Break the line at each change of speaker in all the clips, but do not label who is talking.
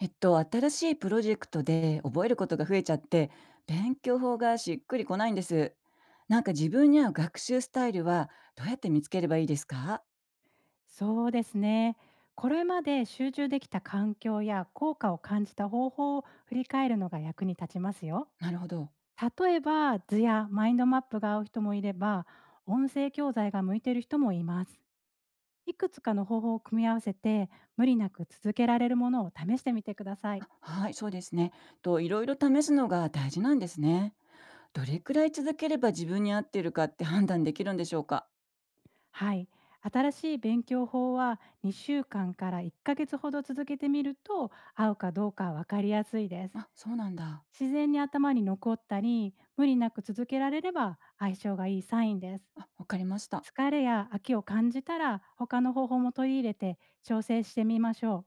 新しいプロジェクトで覚えることが増えちゃって、勉強法がしっくりこないんです。なんか自分に合う学習スタイルはどうやって見つければいいですか？
そうですね。これまで集中できた環境や効果を感じた方法を振り返るのが役に立ちますよ。
なるほど。
例えば、図やマインドマップが合う人もいれば、音声教材が向いている人もいます。いくつかの方法を組み合わせて、無理なく続けられるものを試してみてください。
あ、はい、そうですね。と、いろいろ試すのが大事なんですね。どれくらい続ければ自分に合っているかって判断できるんでしょうか？
はい。新しい勉強法は2週間かんから1ヶ月ほど続けてみると、合うかどうかわかりやすいです。
あ、そうなんだ。
自然に頭に残ったり、無理なく続けられれば相性がいいサインです。
あ、わかりました。
疲れや飽きを感じたら、他の方法も取り入れて調整してみましょう。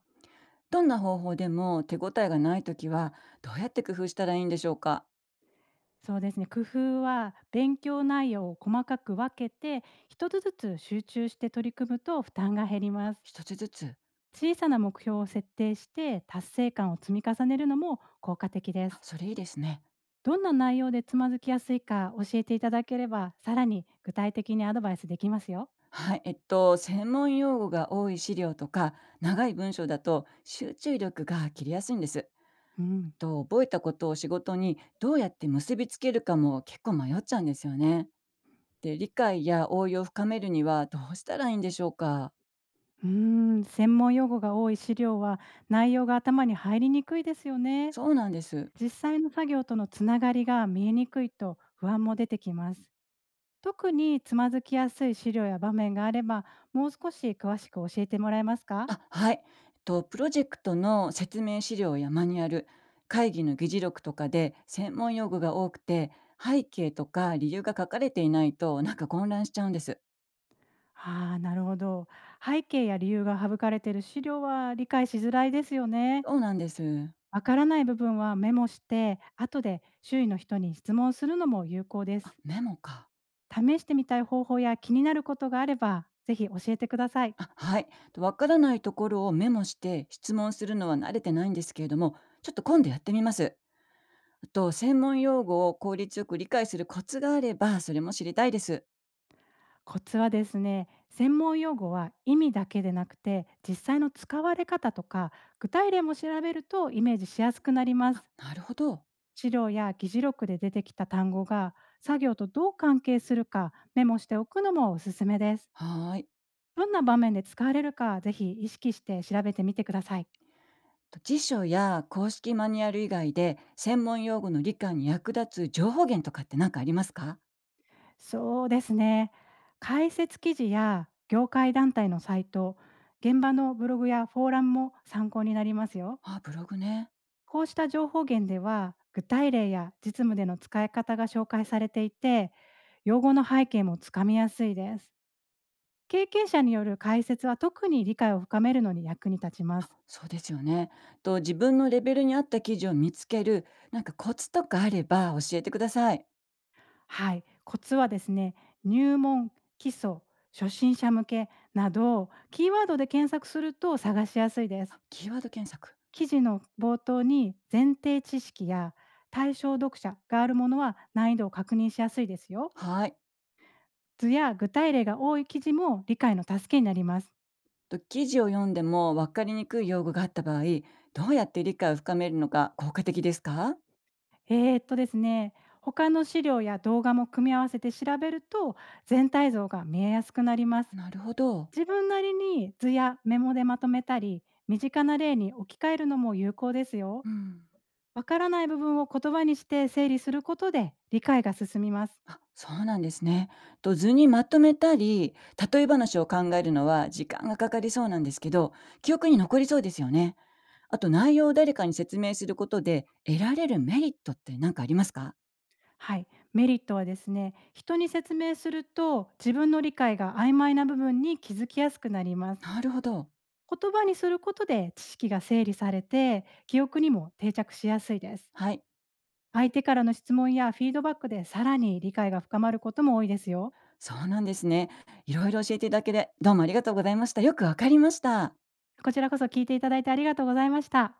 どんな方法でも手応えがないときは、どうやって工夫したらいいんでしょうか？
そうですね。工夫は、勉強内容を細かく分けて、一つずつ集中して取り組むと負担が減ります。
一つずつ。
小さな目標を設定して達成感を積み重ねるのも効果的で
あ、
す。
それいいですね。
どんな内容でつまずきやすいか教えていただければ、さらに具体的にアドバイスできますよ。
はい、専門用語が多い資料とか長い文章だと集中力が切れやすいんです。
うん。
覚えたことを仕事にどうやって結びつけるかも結構迷っちゃうんですよね。で、理解や応用を深めるにはどうしたらいいんでしょうか。
うー専門用語が多い資料は、内容が頭に入りにくいですよね。
そうなんです。
実際の作業とのつながりが見えにくいと不安も出てきます。特につまずきやすい資料や場面があれば、もう少し詳しく教えてもらえますか？
あ、はい。プロジェクトの説明資料やマニュアル、会議の議事録とかで専門用語が多くて背景とか理由が書かれていないとなんか混乱しちゃうんです。
ああー、なるほど。背景や理由が省かれている資料は理解しづらいですよね。
そうなんです。
わからない部分はメモして、後で周囲の人に質問するのも有効で
あ、
す。
メモか。
試してみたい方法や気になることがあれば、ぜひ教えてください。
あ、はい。と、わからないところをメモして質問するのは慣れてないんですけれども、ちょっと今度やってみます。あと、専門用語を効率よく理解するコツがあれば、それも知りたいです。
コツはですね、専門用語は意味だけでなくて、実際の使われ方とか、具体例も調べるとイメージしやすくなりま
あ、
す。
なるほど。
資料や議事録で出てきた単語が作業とどう関係するか、メモしておくのもおすすめです。
はーい。
どんな場面で使われるか、ぜひ意識して調べてみてください。
と、辞書や公式マニュアル以外で、専門用語の理解に役立つ情報源とかって何かありますか？
そうですね。解説記事や業界団体のサイト、現場のブログやフォーラムも参考になりますよ。
あ、ブログね。
こうした情報源では、具体例や実務での使い方が紹介されていて、用語の背景もつかみやすいです。経験者による解説は、特に理解を深めるのに役に立ちま
あ、
す。
そうですよね。と、自分のレベルに合った記事を見つける、なんかコツとかあれば教えてください。
はい、コツはですね、入門、基礎、初心者向けなど、キーワードで検索すると探しやすいです。
あ、キーワード検索。
記事の冒頭に前提知識や対象読者があるものは、難易度を確認しやすいですよ。
はい。
図や具体例が多い記事も理解の助けになります。
と、記事を読んでも分かりにくい用語があった場合、どうやって理解を深めるのが効果的ですか？
ですね、他の資料や動画も組み合わせて調べると、全体像が見えやすくなります。
なるほど。
自分なりに図やメモでまとめたり、身近な例に置き換えるのも有効ですよ。
うん。
わからない部分を言葉にして整理することで、理解が進みます。
あ、そうなんですね。と、図にまとめたり、例え話を考えるのは時間がかかりそうなんですけど、記憶に残りそうですよね。あと内容を誰かに説明することで得られるメリットって何かありますか？
はい、メリットはですね、人に説明すると自分の理解が曖昧な部分に気づきやすくなります。
なるほど。
言葉にすることで知識が整理されて、記憶にも定着しやすいです。
はい。
相手からの質問やフィードバックで、さらに理解が深まることも多いですよ。
そうなんですね。いろいろ教えていただけでどうもありがとうございました。よくわかりました。
こちらこそ、聞いていただいてありがとうございました。